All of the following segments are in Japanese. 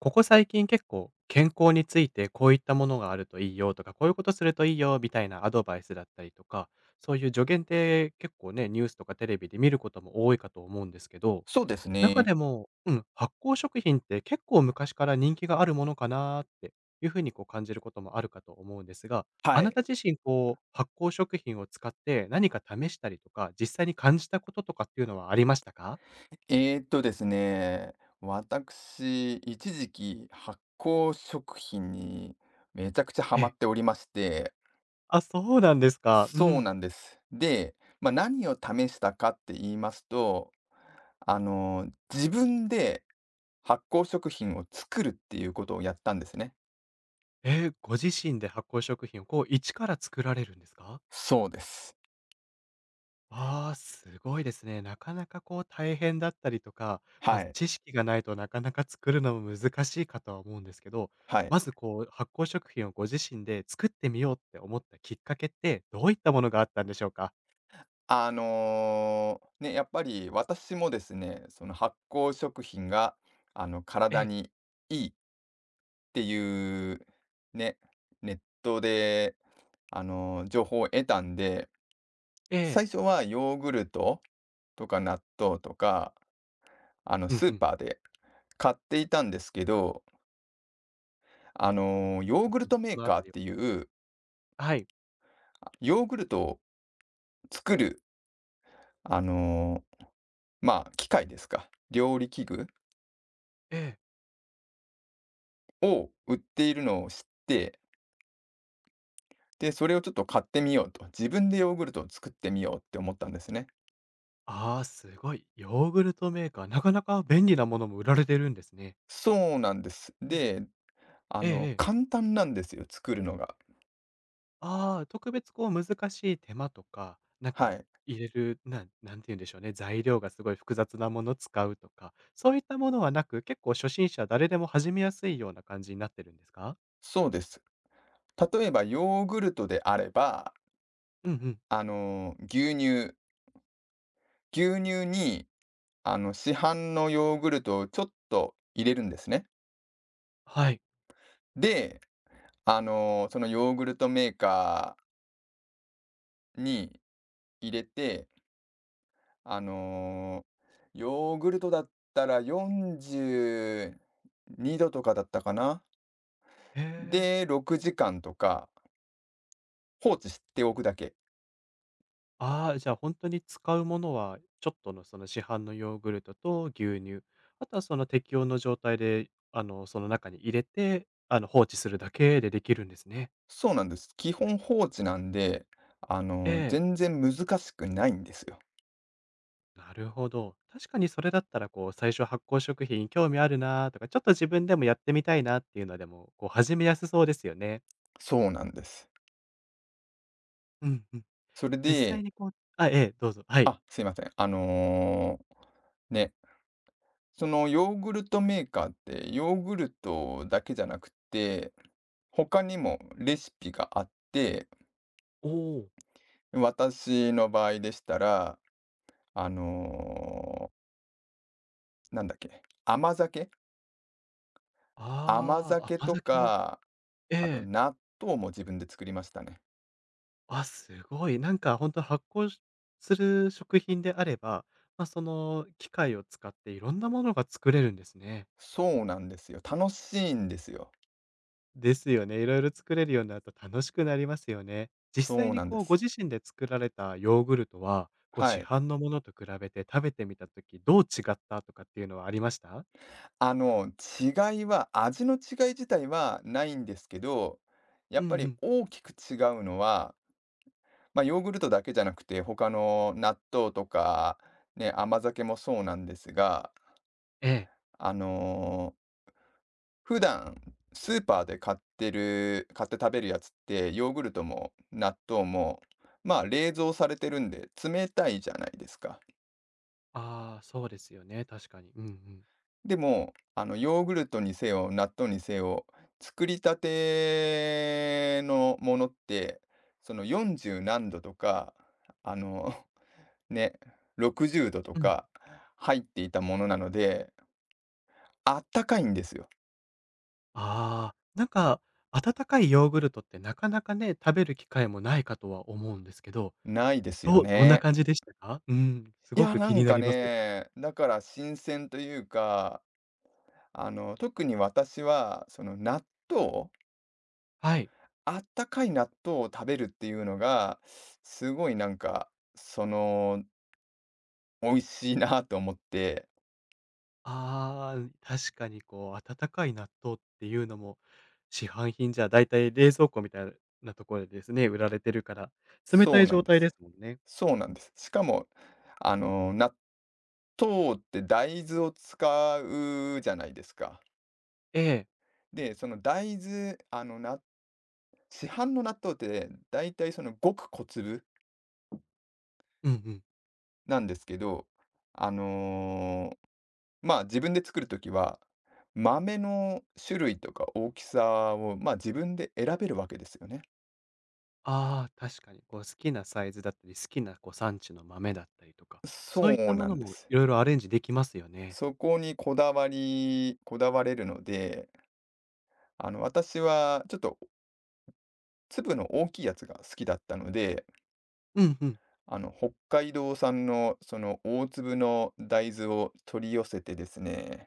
ここ最近結構健康についてこういったものがあるといいよとか、こういうことするといいよみたいなアドバイスだったりとか、そういう助言って結構ね、ニュースとかテレビで見ることも多いかと思うんですけど、そうです中ね。でも、うん、発酵食品って結構昔から人気があるものかなーっていうふうにこう感じることもあるかと思うんですが、はあない。た自身こう発酵食品を使って何か試したりとか、実際に感じたこととかっていうのはありましたか？ですね、私、一時期発酵食品にめちゃくちゃハえマえ。っておりまして、あ、そうなんですか。うそうなん。んです。で、まあ、何を試したかって言いますと、あの、自分で発酵食品を作るっていうことをやったんですね。ええ、ご自身で発酵食品をこう一から作られるんですか？そうです。ああー、すごいですね。なかなかこう大変だったりとか、まはあ、い。知識がないとなかなか作るのも難しいかとは思うんですけど、はい。まずこう発酵食品をご自身で作ってみようって思ったきっかけって、どういったものがあったんでしょうか？やっぱり私もですね、その発酵食品が、え体え、にいいっていう、ね、ネットで、情報を得たんで、ええ、最初はヨーグルトとか納豆とか、うんスうーん、パーで買っていたんですけど、なるほど。うヨーグルんトメそーのあカーたっりはていう、はい、あヨーグルトを作る、あの、まあ、機械ですか、料理器具ええ。を売っているのを知って、で、それをちょっと買ってみようと、自分でヨーグルトを作ってみようって思ったんですね。ああ、すごい。ヨーグルトメーカー、なかなか便利なものも売られてるんですね。そうなんです。うん。でええええ。簡単なんですよ、作るのが。ああ、特別こう難しい手間とか、なんはかい。入れる、なんて言うんでしょうね、材料がすごい複雑なもの使うとか、そういったものはなく、結構初心者誰でも始めやすいような感じになってるんですか？そうです。例えばヨーグルトであれば、うんうん。あの、牛乳牛乳に、市販のヨーグルトをちょっと入れるんですね。はい。で、そのヨーグルトメーカーに入れて、あの、ヨーグルトだったら42度とかだったかな。へえ。で、6時間とか放置しておくだけ。ああ、じゃあ本当に使うものは、ちょっとのその市販のヨーグルトと牛乳、あとはその適温の状態で、その中に入れて、放置するだけでできるんですね。そうなんです。基本放置なんで、ええ。全然難しくないんですよ。なるほど。確かにそれだったら、こう、最初発酵食品興味あるなとか、ちょっと自分でもやってみたいなっていうのでも、こう、始めやすそうですよね。そうなんです。うんうん。それ実際で、にこうあ、ええ、どうぞ。はい。あ、すいません。ね、そのヨーグルトメーカーってヨーグルトだけじゃなくて、他にもレシピがあって、おお、私の場合でしたら、あのーなんだっけ、甘酒甘ああ、酒甘と酒も、か、えあとえ。納豆も自分で作りましたね。あ、すごい。なんか本当発酵しする食品であれば、まあ、その機械を使っていろんなものが作れるんですね。そうなんですよ。楽しいんですよ。ですよね。いろいろ作れるようになると楽しくなりますよね。そ実際うになんでこうごす。自身で作られたヨーグルトは、こうは市い。販のものと比べて食べてみたときどう違ったとかっていうのはありました？あの、違いは、味の違い自体はないんですけど、やうんっうぱりん。大きく違うのは、まあ、ヨーグルトだけじゃなくて、他の納豆とか、ね、甘酒もそうなんですが、ええ。あのー普段スーパーで買ってる、買って食べるやつって、ヨーグルトも納豆も、まあ、冷蔵されてるんで、冷たいじゃないですか。ああ、そうですよね、確かに。うんうん。でも、ヨーグルトにせよ、納豆にせよ、作りたてのものって、その40何度とか、あの、ね、60度とうん。か入っていたものなので、あったかいんですよ。ああ、なんか、温かいヨーグルトってなかなかね、食べる機会もないかとは思うんですけど、ないですよどんなね。感じでしたか？うん、すいごや、くな気んになかります。ね、だから新鮮というか、特に私は、その納豆、はい。あったかい納豆を食べるっていうのが、すごいなんか、その美味しいなと思ってああ、確かにこう、温かい納豆っていうのも、市販品じゃだいたい冷蔵庫みたいなところでですね、売られてるから、冷たそういなん状で態です。すもんね。そうなんです。しかも、納豆って大豆を使うじゃないですか。ええ。で、その大豆、市販の納豆ってだいたいそのごく小粒うんうん。なんですけど、あの、まあ、自分で作るときは、豆の種類とか大きさを、まあ、自分で選べるわけですよね。ああ、確かにこう好きなサイズだったり、好きなこう産地の豆だったりとか、そういっそたうなものんでもす。いろいろアレンジできますよね。そこにこだわれるので私はちょっと粒の大きいやつが好きだったので、うんうん。北海道産のその大粒の大豆を取り寄せてですね、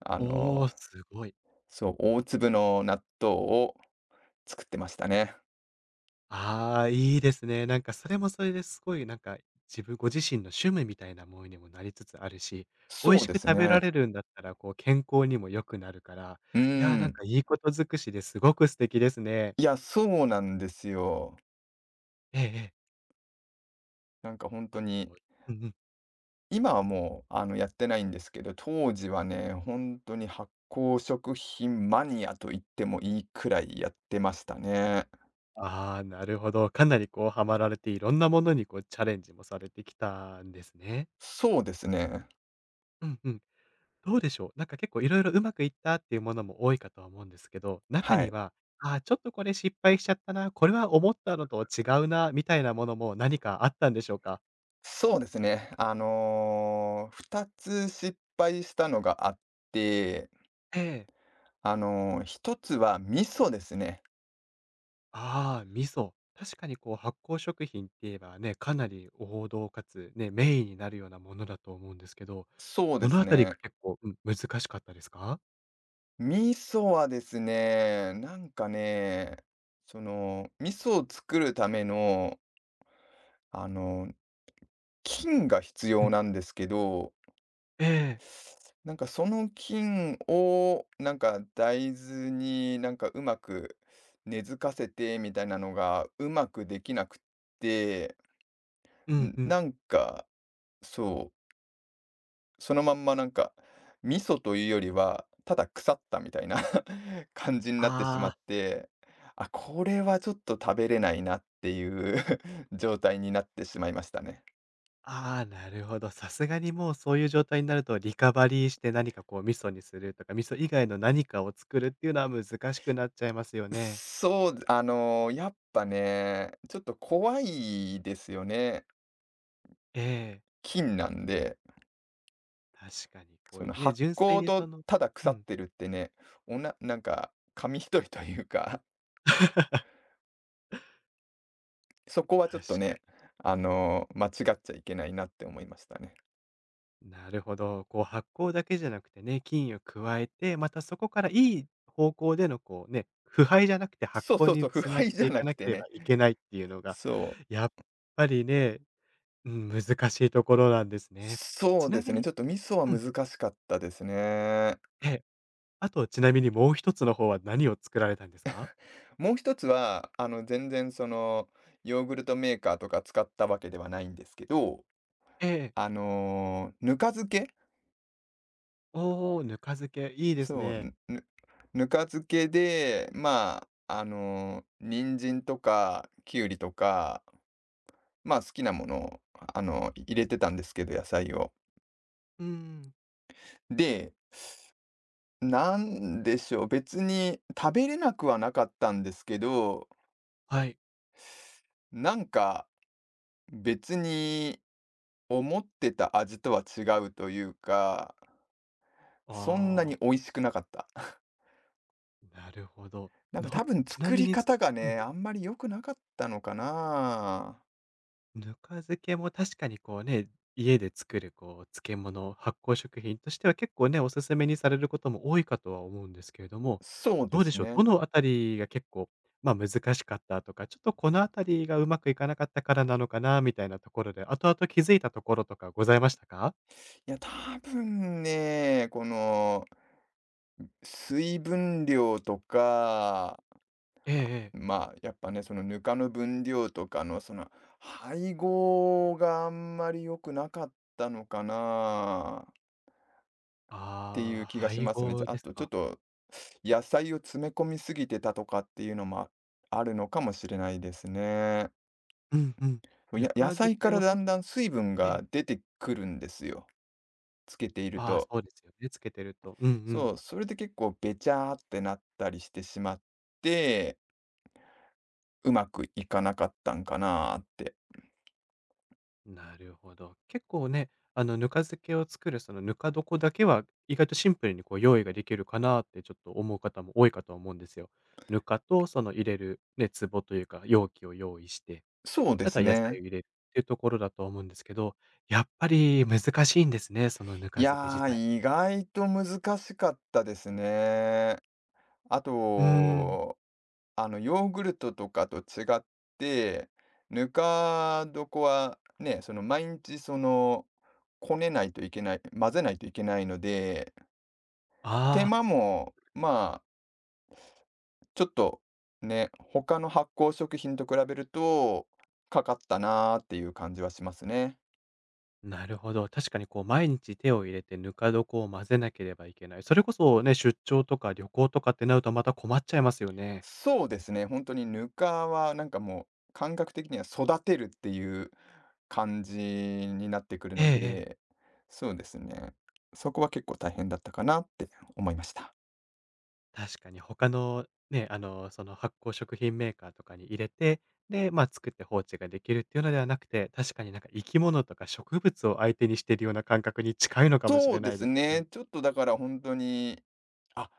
あおの、お、すごい。そう、大粒の納豆を作ってましたね。ああ、いいですね。なんかそれもそれですごいなんか、自分ご自身の趣味みたいなものにもなりつつあるし、美味そうしでくす食べらね。れるんだったら、こう健康にも良くなるから、ういや、なんん。かいいこと尽くしですごく素敵ですね。いや、そうなんですよ。ええええ。なんか本当あと、に、うんうん。今はもうやってないんですけど、当時はね、本当に発酵食品マニアと言ってもいいくらいやってましたね。ああ、なるほど。かなりこうハマられて、いろんなものにこうチャレンジもされてきたんですね。そうですね。うんうん。どうでしょう？なんか結構いろいろうまくいったっていうものも多いかとは思うんですけど、中はにい。は、ああ、ちょっとこれ失敗しちゃったな、これは思ったのと違うな、みたいなものも何かあったんでしょうか？そうですね。あの2つ失敗したのがあって、ええ。ひとつは味噌ですね。ああ、味噌。確かにこう発酵食品って言えばね、かなり王道かつね、メインになるようなものだと思うんですけど、そうどですのあたりね。が結構、うん、難しかったですか？味噌はですね、なんかね、その、味噌を作るための、あの菌が必う要ん。なんですけど、ええ。なんかその菌を、なんか大豆になんかうまく根付かせてみたいなのがうまくできなくって、うんん、うん。なんか、そう、そのまんまなんか、味噌というよりは、ただ腐ったみたいな 感じになってしまああ。って、あ、これはちょっと食べれないなっていう 状態になってしまいましたね。ああ、なるほど。さすがにもうそういう状態になると、リカバリーして何かこう味噌にするとか、味噌以外の何かを作るっていうのは難しくなっちゃいますよね。そう、やっぱね、ちょっと怖いですよね。ええ、菌なんで、確かに。こそのうね、発純粋酵にとそのただう腐っん、てるってね、なんか紙一重というかそこはちょっ確とかね、に。間違っちゃいけないなって思いましたね。なるほど。こう発酵だけじゃなくてね、菌を加えて、またそこからいい方向でのこうね、腐敗じゃなくて発そう酵そうそにう、腐つな敗げじてゃいなかくなけてれね。ばいけないっていうのが、そう。やっぱりね、うん、難しいところなんですね。そうちなですみね、にちょっと味噌はうん、難しかったですね。ええ。あと、ちなみにもう一つの方は何を作られたんですか？もう一つは、全然その、ヨーグルトメーカーとか使ったわけではないんですけど、ええ。ぬか漬けおお、ぬか漬け、いいですそう、ね。ぬか漬けで、まあ、人参とかきゅうりとか、まあ、好きなものを、入れてたんですけど、野菜を。うーん。で、なんでしょう、別に食べれなくはなかったんですけど、はい。なんか別に思ってた味とは違うというか、そんなにあ美あ、味しくなかった。なるほど。なんか多の分ちな作みりに、す、方がうん、ね、あんまり良くなかったのかな。ぬか漬けも確かにこうね、家で作るこう漬物、発酵食品としては結構ね、おすすめにされることも多いかとは思うんですけれども、そうどでうですしょう、どね。のあたりが結構、ま、難しかったとか、ちょっとこのあたりがうまくいかなかったからなのかなみたいなところで、後々気づいたところとかございましたか？いや、多分ね、この水分量とかええええ。まあ、やっぱね、そのぬかの分量とかのその配合があんまり良くなかったのかなっていあうあ、気がし配ますね。じ合ゃあ、あですとちょっか。と野菜を詰め込みすぎてたとかっていうのもあるのかもしれないですね。うんうん。ぬ野か漬菜かけらのだほんんとだん水分えがえ。出てくるんですよ、つけているああ、と。そうですよね、漬けてると。うんうそん。う、それで結構べちゃーってなったりしてしまって、うまくいかなかったんかなーって。なるほど。結構ね、ぬか漬けを作るそのぬか床だけは、意外とシンプルにこう用意ができるかなってちょっと思う方も多いかと思うんですよ。ぬかとその入れるね、壺というか容器を用意して、そうでで、あとすは野菜ね。を入れるっていうところだと思うんですけど、やっぱり難しいんですね、そのぬかい漬け自や体。ー、意外と難しかったですね。あうーん。と、ヨーグルトとかと違って、ぬか床はね、その、毎日、その、こねないといけない、混ぜないといけないので、手ああ。間も、まあ、ちょっとね、他の発酵食品と比べるとかかったなーっていう感じはしますね。なるほど。確かにこう毎日手を入れてぬか床を混ぜなければいけない。それこそね、出張とか旅行とかってなるとまた困っちゃいますよね。そうですね、本当にぬかは、なんかもう、感覚的には育てるっていう感じになってくるえのえええ。で、そうですね。そこは結構大変だったかなって思いました。確かに他のね、その発酵食品メーカーとかに入れて、で、まあ、作って放置ができるっていうのではなくて、確かになんか生き物とか植物を相手にしてるような感覚に近いのかもしそれうでないすですね。ね。ちょっとだから本当に、あ、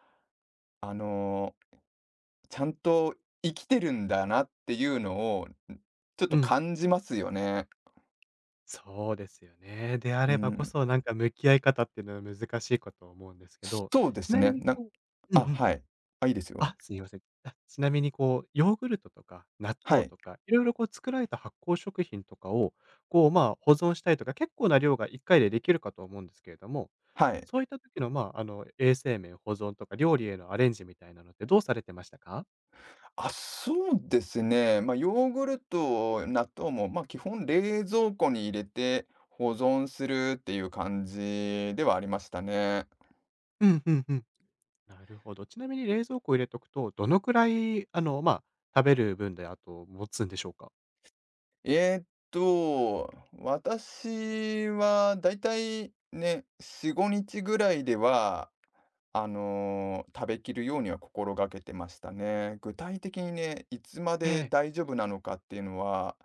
あの、ちゃんと生きてるんだなっていうのを、ん、ちょっとうん。感じますよね。そうですよね。であうればこん。そなんか向き合い方っていうのは難しいかと思うんですけど、そうでちすなみね。になこううあ、んうん。はい。あ、いいですあ、よ。すみません。あ、ちなみにこう、ヨーグルトとか納は豆い、とか、いろいろこう作られた発酵食品とかを、こう、まあ、保存したりとか、結構な量が1回でできるかと思うんですけれども、はい。そういった時の、まあ、衛生面、保存とか料理へのアレンジみたいなのってどうされてましたか？あ、そうですね。ま、あヨーグルト、納豆も、ま、あ基本冷蔵庫に入れて保存するっていう感じではありましたね。うん、うんうん。なるほど。ちなみに冷蔵庫入れとくと、どのくらい、まあ、食べる分で、あと持つんでしょうか？えーっ私はだいたいね、4、5日ぐらいでは食べきるようには心がけてましたね。具体的にね、いつまえでえ大丈夫なのかっていうのは、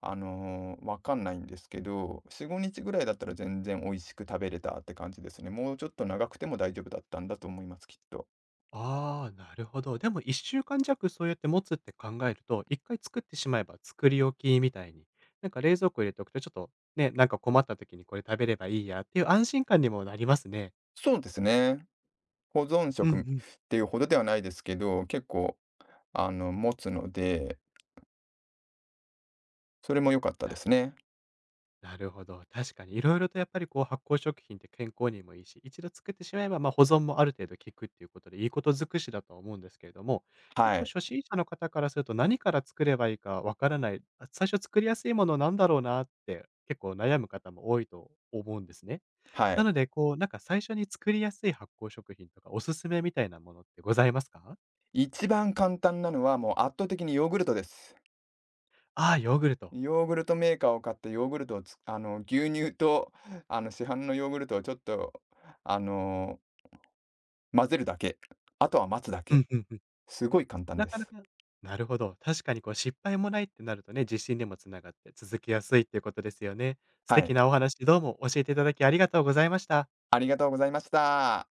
わかんないんですけど、4、5日ぐらいだったら全然美味しく食べれたって感じですね。もうちょっと長くても大丈夫だったんだと思います、きっと。ああ、なるほど。でも1週間弱そうやって持つって考えると、1回作ってしまえば作り置きみたいに、なんか冷蔵庫入れておくとちょっとね、なんか困った時にこれ食べればいいやっていう安心感にもなりますね。そうですね。保存うんう食っん。ていうほどではないですけど、結構、持つので、それも良かったですね。なるほど。確かにいろいろとやっぱりこう発酵食品って健康にもいいし、一度作ってしまえば、ま、保存もある程度効くっていうことで、いいこと尽くしだとは思うんですけれども、は結構い。初心者の方からすると何から作ればいいかわからない、あ、最初作りやすいものなんだろうなって結構悩む方も多いと思うんですね。はない。ので、こうなんか最初に作りやすい発酵食品とかおすすめみたいなものってございますか？一番簡単なのはもう圧倒的にヨーグルトです。ああー、ヨーグルト。ヨーグルトメーカーを買ってヨーグルトを牛乳と、市販のヨーグルトをちょっと、あの、混ぜるだけ。あとは待つだうけ。んうんうん。すごい簡単なでかなす。かなるほど。確かにこう失敗もないってなるとね、自信にもつながって続きやすいっていうことですよね。素は敵い。なお話どうも教えていただきありがとうございました。ありがとうございました。